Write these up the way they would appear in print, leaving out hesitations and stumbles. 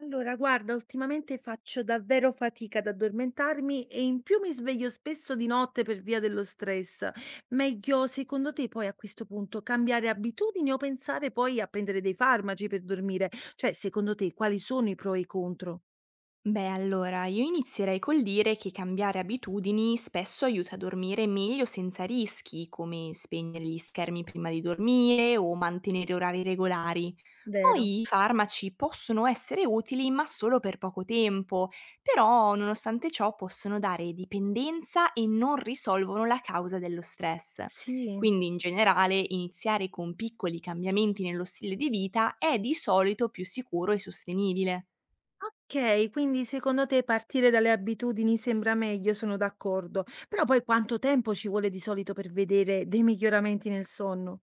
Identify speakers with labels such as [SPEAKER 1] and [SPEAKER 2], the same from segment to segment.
[SPEAKER 1] Allora, guarda, ultimamente faccio davvero fatica ad addormentarmi e in più mi sveglio spesso di notte per via dello stress. Meglio, secondo te, poi a questo punto cambiare abitudini o pensare poi a prendere dei farmaci per dormire? Cioè, secondo te, quali sono i pro e i contro?
[SPEAKER 2] Beh, allora, io inizierei col dire che cambiare abitudini spesso aiuta a dormire meglio senza rischi, come spegnere gli schermi prima di dormire o mantenere orari regolari.
[SPEAKER 1] Vero?
[SPEAKER 2] Poi i farmaci possono essere utili, ma solo per poco tempo, però nonostante ciò possono dare dipendenza e non risolvono la causa dello stress.
[SPEAKER 1] Sì.
[SPEAKER 2] Quindi in generale iniziare con piccoli cambiamenti nello stile di vita è di solito più sicuro e sostenibile.
[SPEAKER 1] Ok, quindi secondo te partire dalle abitudini sembra meglio, sono d'accordo. Però poi quanto tempo ci vuole di solito per vedere dei miglioramenti nel sonno?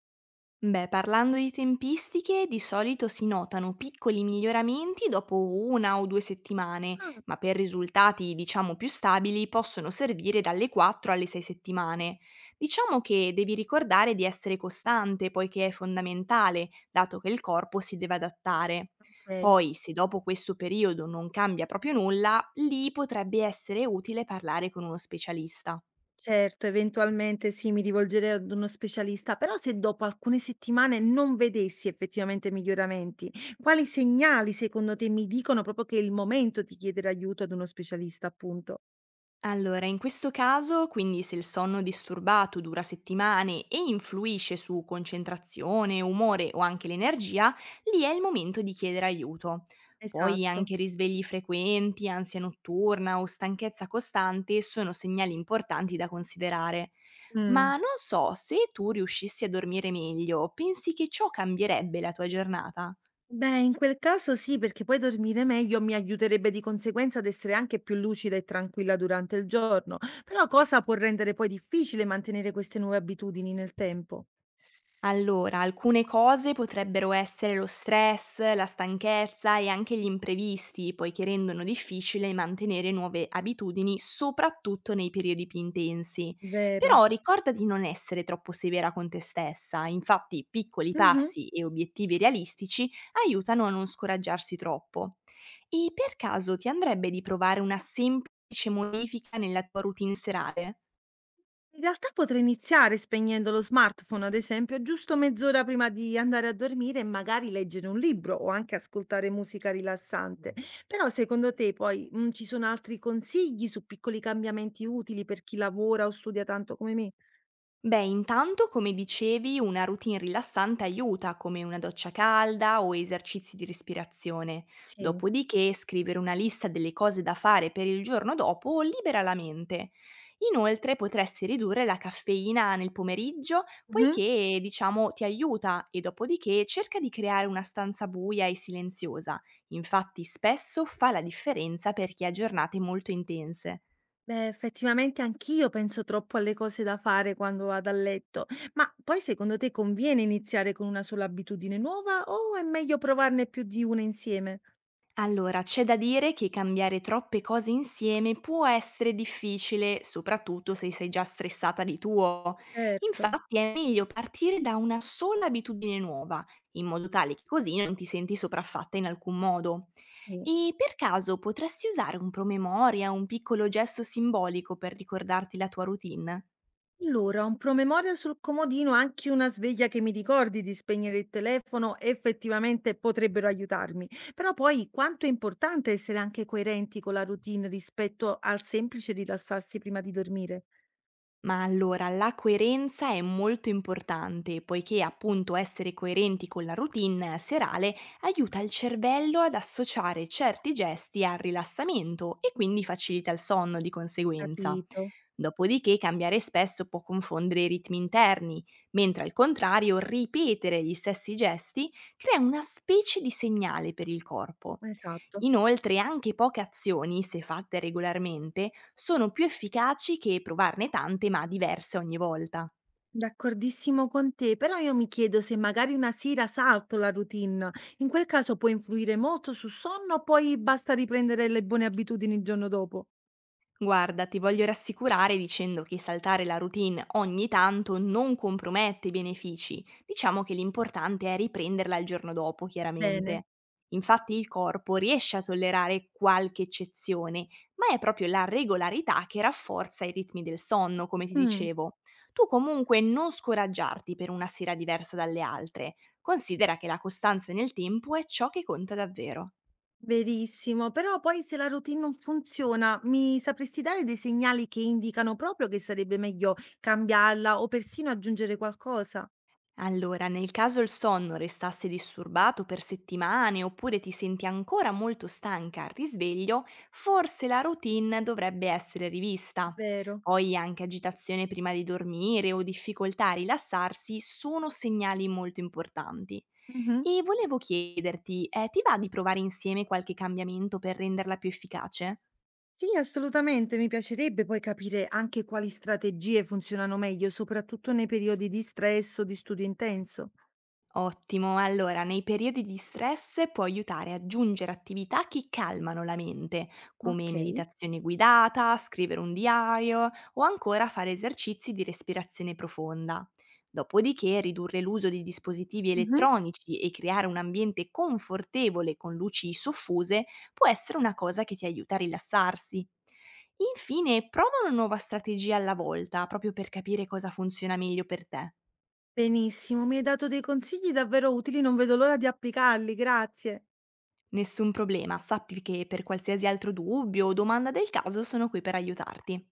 [SPEAKER 2] Beh, parlando di tempistiche, di solito si notano piccoli miglioramenti dopo 1 o 2 settimane,
[SPEAKER 1] Ah,
[SPEAKER 2] ma per risultati, diciamo, più stabili possono servire dalle 4 alle 6 settimane. Diciamo che devi ricordare di essere costante, poiché è fondamentale, dato che il corpo si deve adattare.
[SPEAKER 1] ok.
[SPEAKER 2] Poi, se dopo questo periodo non cambia proprio nulla, lì potrebbe essere utile parlare con uno specialista.
[SPEAKER 1] Certo, eventualmente sì, mi rivolgerei ad uno specialista, però se dopo alcune settimane non vedessi effettivamente miglioramenti, quali segnali secondo te mi dicono proprio che è il momento di chiedere aiuto ad uno specialista, appunto?
[SPEAKER 2] Allora, in questo caso, quindi se il sonno disturbato dura settimane e influisce su concentrazione, umore o anche l'energia, lì è il momento di chiedere aiuto. Poi
[SPEAKER 1] Esatto.
[SPEAKER 2] anche risvegli frequenti, ansia notturna o stanchezza costante sono segnali importanti da considerare.
[SPEAKER 1] Mm.
[SPEAKER 2] Ma non so se tu riuscissi a dormire meglio, pensi che ciò cambierebbe la tua giornata?
[SPEAKER 1] Beh, in quel caso sì, perché poi dormire meglio mi aiuterebbe di conseguenza ad essere anche più lucida e tranquilla durante il giorno, però cosa può rendere poi difficile mantenere queste nuove abitudini nel tempo?
[SPEAKER 2] Allora, alcune cose potrebbero essere lo stress, la stanchezza e anche gli imprevisti, poiché rendono difficile mantenere nuove abitudini, soprattutto nei periodi più intensi.
[SPEAKER 1] Vero.
[SPEAKER 2] Però ricorda di non essere troppo severa con te stessa, infatti piccoli
[SPEAKER 1] Mhm.
[SPEAKER 2] passi e obiettivi realistici aiutano a non scoraggiarsi troppo. E per caso ti andrebbe di provare una semplice modifica nella tua routine serale?
[SPEAKER 1] In realtà potrei iniziare spegnendo lo smartphone, ad esempio, giusto mezz'ora prima di andare a dormire e magari leggere un libro o anche ascoltare musica rilassante. Però secondo te poi ci sono altri consigli su piccoli cambiamenti utili per chi lavora o studia tanto come me?
[SPEAKER 2] Beh, intanto, come dicevi, una routine rilassante aiuta, come una doccia calda o esercizi di respirazione.
[SPEAKER 1] Sì.
[SPEAKER 2] Dopodiché, scrivere una lista delle cose da fare per il giorno dopo libera la mente. Inoltre, potresti ridurre la caffeina nel pomeriggio,
[SPEAKER 1] Mhm.
[SPEAKER 2] poiché, diciamo, ti aiuta e dopodiché cerca di creare una stanza buia e silenziosa. Infatti, spesso fa la differenza per chi ha giornate molto intense.
[SPEAKER 1] Beh, effettivamente anch'io penso troppo alle cose da fare quando vado a letto, ma poi secondo te conviene iniziare con una sola abitudine nuova o è meglio provarne più di una insieme?
[SPEAKER 2] Allora, c'è da dire che cambiare troppe cose insieme può essere difficile, soprattutto se sei già stressata di tuo.
[SPEAKER 1] Certo.
[SPEAKER 2] Infatti è meglio partire da una sola abitudine nuova, in modo tale che così non ti senti sopraffatta in alcun modo.
[SPEAKER 1] Sì.
[SPEAKER 2] E per caso potresti usare un promemoria, un piccolo gesto simbolico per ricordarti la tua routine?
[SPEAKER 1] Allora, un promemoria sul comodino, anche una sveglia che mi ricordi di spegnere il telefono, effettivamente potrebbero aiutarmi. Però poi quanto è importante essere anche coerenti con la routine rispetto al semplice rilassarsi prima di dormire.
[SPEAKER 2] Ma allora, la coerenza è molto importante, poiché appunto essere coerenti con la routine serale aiuta il cervello ad associare certi gesti al rilassamento e quindi facilita il sonno di conseguenza.
[SPEAKER 1] Capito,
[SPEAKER 2] Dopodiché cambiare spesso può confondere i ritmi interni, mentre al contrario ripetere gli stessi gesti crea una specie di segnale per il corpo.
[SPEAKER 1] esatto.
[SPEAKER 2] Inoltre anche poche azioni, se fatte regolarmente, sono più efficaci che provarne tante ma diverse ogni volta.
[SPEAKER 1] D'accordissimo con te, però io mi chiedo se magari una sera salto la routine. In quel caso può influire molto sul sonno, poi basta riprendere le buone abitudini il giorno dopo.
[SPEAKER 2] Guarda, ti voglio rassicurare dicendo che saltare la routine ogni tanto non compromette i benefici, diciamo che l'importante è riprenderla il giorno dopo,
[SPEAKER 1] Bene.
[SPEAKER 2] chiaramente. Infatti il corpo riesce a tollerare qualche eccezione, ma è proprio la regolarità che rafforza i ritmi del sonno, come ti
[SPEAKER 1] Mm.
[SPEAKER 2] dicevo. Tu comunque non scoraggiarti per una sera diversa dalle altre, considera che la costanza nel tempo è ciò che conta davvero.
[SPEAKER 1] Verissimo, però poi se la routine non funziona, mi sapresti dare dei segnali che indicano proprio che sarebbe meglio cambiarla o persino aggiungere qualcosa?
[SPEAKER 2] Allora, nel caso il sonno restasse disturbato per settimane oppure ti senti ancora molto stanca al risveglio, forse la routine dovrebbe essere rivista.
[SPEAKER 1] Vero.
[SPEAKER 2] Poi anche agitazione prima di dormire o difficoltà a rilassarsi sono segnali molto importanti.
[SPEAKER 1] Mhm.
[SPEAKER 2] E volevo chiederti, ti va di provare insieme qualche cambiamento per renderla più efficace?
[SPEAKER 1] Sì, assolutamente, mi piacerebbe poi capire anche quali strategie funzionano meglio, soprattutto nei periodi di stress o di studio intenso.
[SPEAKER 2] Ottimo, allora nei periodi di stress può aiutare ad aggiungere attività che calmano la mente, come
[SPEAKER 1] Ok.
[SPEAKER 2] meditazione guidata, scrivere un diario o ancora fare esercizi di respirazione profonda. Dopodiché ridurre l'uso di dispositivi
[SPEAKER 1] Mhm.
[SPEAKER 2] elettronici e creare un ambiente confortevole con luci soffuse può essere una cosa che ti aiuta a rilassarsi. Infine, prova una nuova strategia alla volta, proprio per capire cosa funziona meglio per te.
[SPEAKER 1] Benissimo, mi hai dato dei consigli davvero utili, non vedo l'ora di applicarli, grazie.
[SPEAKER 2] Nessun problema, sappi che per qualsiasi altro dubbio o domanda del caso sono qui per aiutarti.